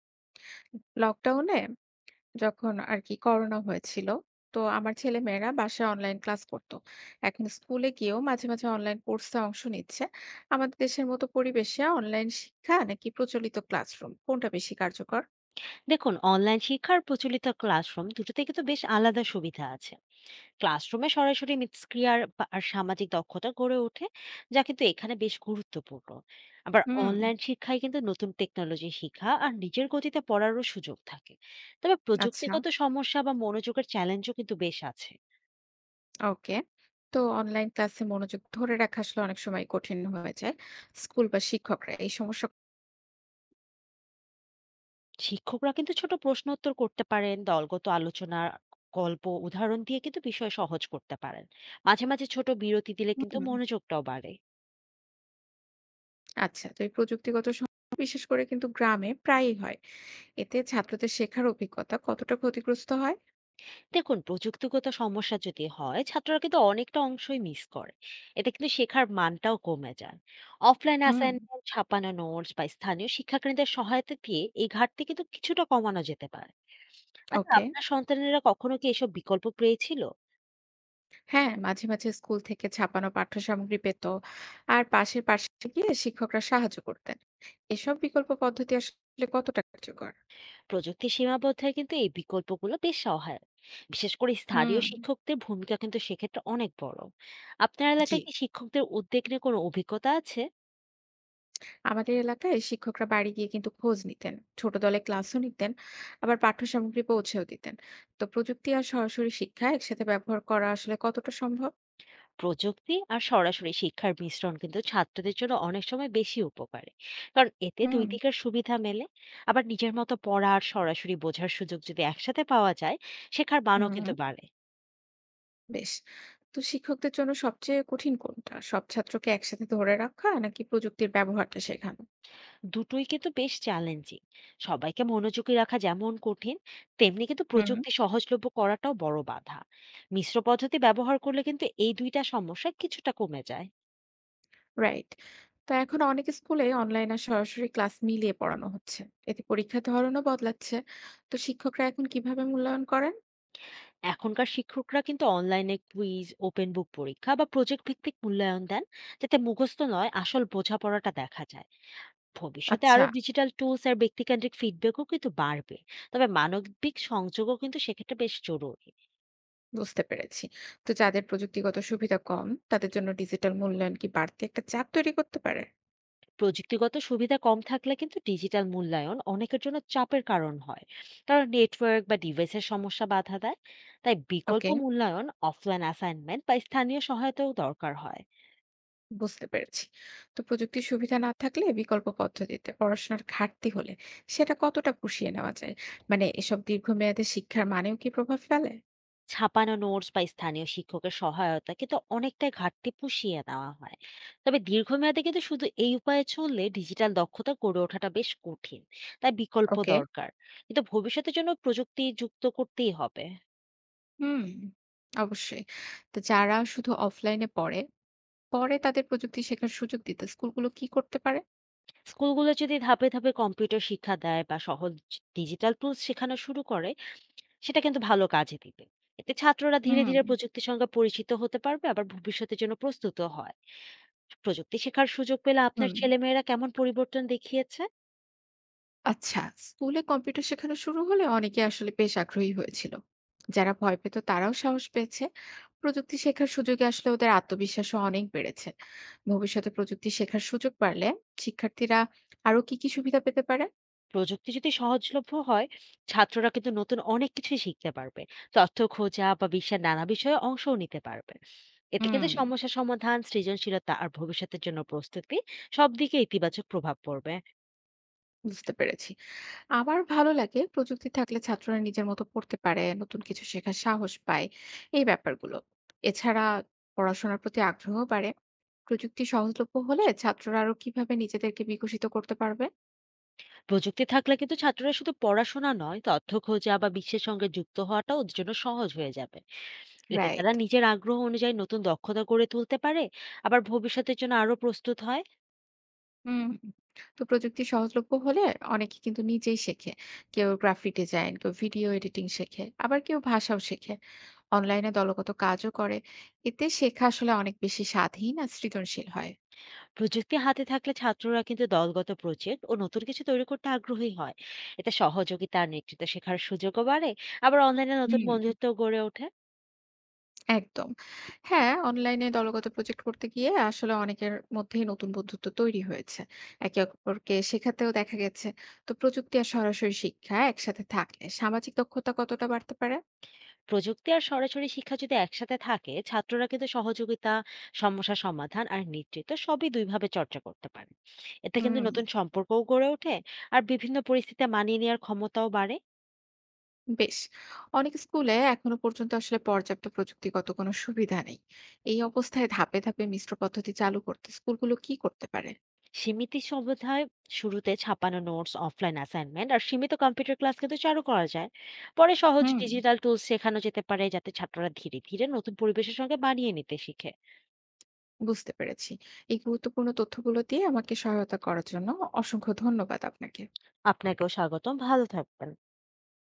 লকডাউনে যখন আর কি করোনা হয়েছিল, তো আমার ছেলেমেয়েরা বাসায় অনলাইন ক্লাস করতো। এখন স্কুলে গিয়েও মাঝে মাঝে অনলাইন কোর্সে অংশ নিচ্ছে। আমাদের দেশের মতো পরিবেশে অনলাইন শিক্ষা নাকি প্রচলিত ক্লাসরুম কোনটা বেশি কার্যকর? দেখুন, অনলাইন শিক্ষা আর প্রচলিত ক্লাসরুম দুটোতে কিন্তু বেশ আলাদা সুবিধা আছে। ক্লাসরুমে সরাসরি মিথস্ক্রিয়ার আর সামাজিক দক্ষতা গড়ে ওঠে, যা কিন্তু এখানে বেশ গুরুত্বপূর্ণ। আবার হুম। অনলাইন শিক্ষায় কিন্তু নতুন টেকনোলজি শিক্ষা আর নিজের গতিতে পড়ারও সুযোগ থাকে। তবে আচ্ছা। প্রযুক্তিগত সমস্যা বা মনোযোগের চ্যালেঞ্জও কিন্তু বেশ আছে। ওকে। তো অনলাইন ক্লাসে মনোযোগ ধরে রাখা আসলে অনেক সময় কঠিন হয়ে যায়। স্কুল বা শিক্ষকরা এই সমস্যা। শিক্ষকরা কিন্তু ছোট প্রশ্ন উত্তর করতে পারেন, দলগত আলোচনা, গল্প, উদাহরণ দিয়ে কিন্তু বিষয় সহজ করতে পারেন। মাঝে মাঝে ছোট বিরতি দিলে কিন্তু হুম, মনোযোগটাও বাড়ে। আচ্ছা, তো এই প্রযুক্তিগত সমস্যা বিশেষ করে কিন্তু গ্রামে প্রায়ই হয়। এতে ছাত্রদের শেখার অভিজ্ঞতা কতটা ক্ষতিগ্রস্ত হয়? দেখুন, প্রযুক্তিগত সমস্যা যদি হয়, ছাত্ররা কিন্তু অনেকটা অংশই মিস করে। এতে কিন্তু শেখার মানটাও কমে যায়। অফলাইন হুম। অ্যাসাইনমেন্ট, ছাপানো নোটস বা স্থানীয় শিক্ষাকেন্দ্রের সহায়তা দিয়ে এই ঘাটতি কিন্তু কিছুটা কমানো যেতে পারে। আচ্ছা, ওকে। আপনার সন্তানেরা কখনো কি এসব বিকল্প পেয়েছিল? হ্যাঁ, মাঝে মাঝে স্কুল থেকে ছাপানো পাঠ্য সামগ্রী পেত। আর পাশের পার্শ্বে গিয়ে শিক্ষকরা সাহায্য করতেন। এসব বিকল্প পদ্ধতি আসলে কতটা কার্যকর? প্রযুক্তির সীমাবদ্ধতায় কিন্তু এই বিকল্পগুলো বেশ সহায়ক। বিশেষ করে হুম। স্থানীয় শিক্ষকদের ভূমিকা কিন্তু সেক্ষেত্রে অনেক বড়। আপনার জি। এলাকায় কি শিক্ষকদের উদ্বেগ নিয়ে কোনো অভিজ্ঞতা আছে? আমাদের এলাকায় শিক্ষকরা বাড়ি গিয়ে কিন্তু খোঁজ নিতেন। ছোট দলে ক্লাসও নিতেন, আবার পাঠ্য সামগ্রী পৌঁছেও দিতেন। তো প্রযুক্তি আর সরাসরি শিক্ষা একসাথে ব্যবহার করা আসলে কতটা সম্ভব? প্রযুক্তি আর সরাসরি শিক্ষার মিশ্রণ কিন্তু ছাত্রদের জন্য অনেক সময় বেশি উপকারী, কারণ এতে দুই হুম। দিকের সুবিধা মেলে। আবার নিজের মতো পড়া আর সরাসরি বোঝার সুযোগ যদি একসাথে পাওয়া যায়, শেখার মানও হুম। কিন্তু বাড়ে। বেশ। তো শিক্ষকদের জন্য সবচেয়ে কঠিন কোনটা? সব ছাত্রকে একসাথে ধরে রাখা নাকি প্রযুক্তির ব্যবহারটা শেখানো? দুটোই কিন্তু বেশ চ্যালেঞ্জিং। সবাইকে মনোযোগী রাখা যেমন কঠিন, তেমনি কিন্তু হুম। প্রযুক্তি সহজলভ্য করাটাও বড় বাধা। মিশ্র পদ্ধতি ব্যবহার করলে কিন্তু এই দুইটা সমস্যা কিছুটা কমে যায়। রাইট। তো এখন অনেক স্কুলে অনলাইন আর সরাসরি ক্লাস মিলিয়ে পড়ানো হচ্ছে। এতে পরীক্ষার ধরনও বদলাচ্ছে। তো শিক্ষকরা এখন কিভাবে মূল্যায়ন করেন? এখনকার শিক্ষকরা কিন্তু অনলাইনে কুইজ, ওপেন বুক পরীক্ষা বা প্রজেক্ট ভিত্তিক মূল্যায়ন দেন, যাতে মুখস্থ নয়, আসল বোঝাপড়াটা দেখা যায়। ভবিষ্যতে আচ্ছা। আরো ডিজিটাল টুলস আর ব্যক্তিকেন্দ্রিক ফিডব্যাকও কিন্তু বাড়বে। তবে মানবিক সংযোগও কিন্তু সেক্ষেত্রে বেশ জরুরি। বুঝতে পেরেছি। তো যাদের প্রযুক্তিগত সুবিধা কম, তাদের জন্য ডিজিটাল মূল্যায়ন কি বাড়তি একটা চাপ তৈরি করতে পারে? প্রযুক্তিগত সুবিধা কম থাকলে কিন্তু ডিজিটাল মূল্যায়ন অনেকের জন্য চাপের কারণ হয়, কারণ নেটওয়ার্ক বা ডিভাইসের সমস্যা বাধা দেয়। তাই বিকল্প ওকে। মূল্যায়ন, অফলাইন অ্যাসাইনমেন্ট বা স্থানীয় সহায়তাও দরকার হয়। বুঝতে পেরেছি। তো প্রযুক্তির সুবিধা না থাকলে বিকল্প পদ্ধতিতে পড়াশোনার ঘাটতি হলে সেটা কতটা পুষিয়ে নেওয়া যায়? মানে এসব দীর্ঘমেয়াদে শিক্ষার মানেও কি প্রভাব ফেলে? ছাপানো নোটস বা স্থানীয় শিক্ষকের সহায়তা কিন্তু অনেকটাই ঘাটতি পুষিয়ে নেওয়া হয়। তবে দীর্ঘমেয়াদে কিন্তু শুধু এই উপায়ে চললে ডিজিটাল দক্ষতা গড়ে ওঠাটা বেশ কঠিন। তাই বিকল্প ওকে। দরকার, কিন্তু ভবিষ্যতের জন্য প্রযুক্তি যুক্ত করতেই হবে। হুম, অবশ্যই। তো যারা শুধু অফলাইনে পড়ে, পরে তাদের প্রযুক্তি শেখার সুযোগ দিতে স্কুলগুলো কি করতে পারে? স্কুলগুলো যদি ধাপে ধাপে কম্পিউটার শিক্ষা দেয় বা সহজ ডিজিটাল টুলস শেখানো শুরু করে, সেটা কিন্তু ভালো কাজে দিবে। এতে ছাত্ররা ধীরে হুম। ধীরে প্রযুক্তির সঙ্গে পরিচিত হতে পারবে, আবার ভবিষ্যতের জন্য প্রস্তুত হয়। প্রযুক্তি শেখার সুযোগ পেলে আপনার হুম। ছেলেমেয়েরা কেমন পরিবর্তন দেখিয়েছে? আচ্ছা, স্কুলে কম্পিউটার শেখানো শুরু হলে অনেকে আসলে বেশ আগ্রহী হয়েছিল। যারা ভয় পেত তারাও সাহস পেয়েছে। প্রযুক্তি শেখার সুযোগে আসলে ওদের আত্মবিশ্বাসও অনেক বেড়েছে। ভবিষ্যতে প্রযুক্তি শেখার সুযোগ বাড়লে শিক্ষার্থীরা আরো কি কি সুবিধা পেতে পারে? প্রযুক্তি যদি সহজলভ্য হয়, ছাত্ররা কিন্তু নতুন অনেক কিছু শিখতে পারবে, তথ্য খোঁজা বা বিশ্বের নানা বিষয়ে অংশও নিতে পারবে। এতে কিন্তু হুম। সমস্যা সমাধান, সৃজনশীলতা আর ভবিষ্যতের জন্য প্রস্তুতি সব দিকে ইতিবাচক প্রভাব পড়বে। বুঝতে পেরেছি। আমার ভালো লাগে প্রযুক্তি থাকলে ছাত্ররা নিজের মতো পড়তে পারে, নতুন কিছু শেখার সাহস পায়, এই ব্যাপারগুলো। এছাড়া পড়াশোনার প্রতি আগ্রহ বাড়ে। প্রযুক্তি সহজলভ্য হলে ছাত্ররা আরো কিভাবে নিজেদেরকে বিকশিত করতে পারবে? প্রযুক্তি থাকলে কিন্তু ছাত্ররা শুধু পড়াশোনা নয়, তথ্য খোঁজা বা বিশ্বের সঙ্গে যুক্ত হওয়াটাও ওদের জন্য সহজ হয়ে যাবে। এতে রাইট। তারা নিজের আগ্রহ অনুযায়ী নতুন দক্ষতা গড়ে তুলতে পারে, আবার ভবিষ্যতের জন্য আরো প্রস্তুত হয়। হুম। তো প্রযুক্তি সহজলভ্য হলে অনেকে কিন্তু নিজেই শেখে। কেউ গ্রাফিক ডিজাইন, কেউ ভিডিও এডিটিং শেখে, আবার কেউ ভাষাও শেখে। অনলাইনে দলগত কাজও করে। এতে শেখা আসলে অনেক বেশি স্বাধীন আর সৃজনশীল হয়। প্রযুক্তি হাতে থাকলে ছাত্ররা কিন্তু দলগত প্রজেক্ট ও নতুন কিছু তৈরি করতে আগ্রহী হয়। এতে সহযোগিতা আর নেতৃত্ব শেখার সুযোগও বাড়ে। আবার অনলাইনে নতুন হুম। বন্ধুত্ব গড়ে ওঠে। একদম। হ্যাঁ, অনলাইনে দলগত প্রজেক্ট করতে গিয়ে আসলে অনেকের মধ্যেই নতুন বন্ধুত্ব তৈরি হয়েছে। একে অপরকে শেখাতেও দেখা গেছে। তো প্রযুক্তি আর সরাসরি শিক্ষা একসাথে থাকলে সামাজিক দক্ষতা কতটা বাড়তে পারে? প্রযুক্তি আর সরাসরি শিক্ষা যদি একসাথে থাকে, ছাত্ররা কিন্তু সহযোগিতা, সমস্যা সমাধান আর নেতৃত্ব সবই দুইভাবে চর্চা করতে পারে। এতে হুম। কিন্তু নতুন সম্পর্কও গড়ে ওঠে, আর বিভিন্ন পরিস্থিতি মানিয়ে নেওয়ার ক্ষমতাও বাড়ে। বেশ। অনেক স্কুলে এখনো পর্যন্ত আসলে পর্যাপ্ত প্রযুক্তিগত কোনো সুবিধা নেই। এই অবস্থায় ধাপে ধাপে মিশ্র পদ্ধতি চালু করতে স্কুলগুলো কি করতে পারে? সীমিত সুবিধায় শুরুতে ছাপানো নোটস, অফলাইন অ্যাসাইনমেন্ট আর সীমিত কম্পিউটার ক্লাস কিন্তু চালু করা যায়। পরে সহজ হুম। ডিজিটাল টুলস শেখানো যেতে পারে, যাতে ছাত্ররা ধীরে ধীরে নতুন পরিবেশের সঙ্গে মানিয়ে নিতে শিখে। বুঝতে পেরেছি। এই গুরুত্বপূর্ণ তথ্যগুলো দিয়ে আমাকে সহায়তা করার জন্য অসংখ্য ধন্যবাদ আপনাকে। আপনাকেও স্বাগতম, ভালো থাকবেন।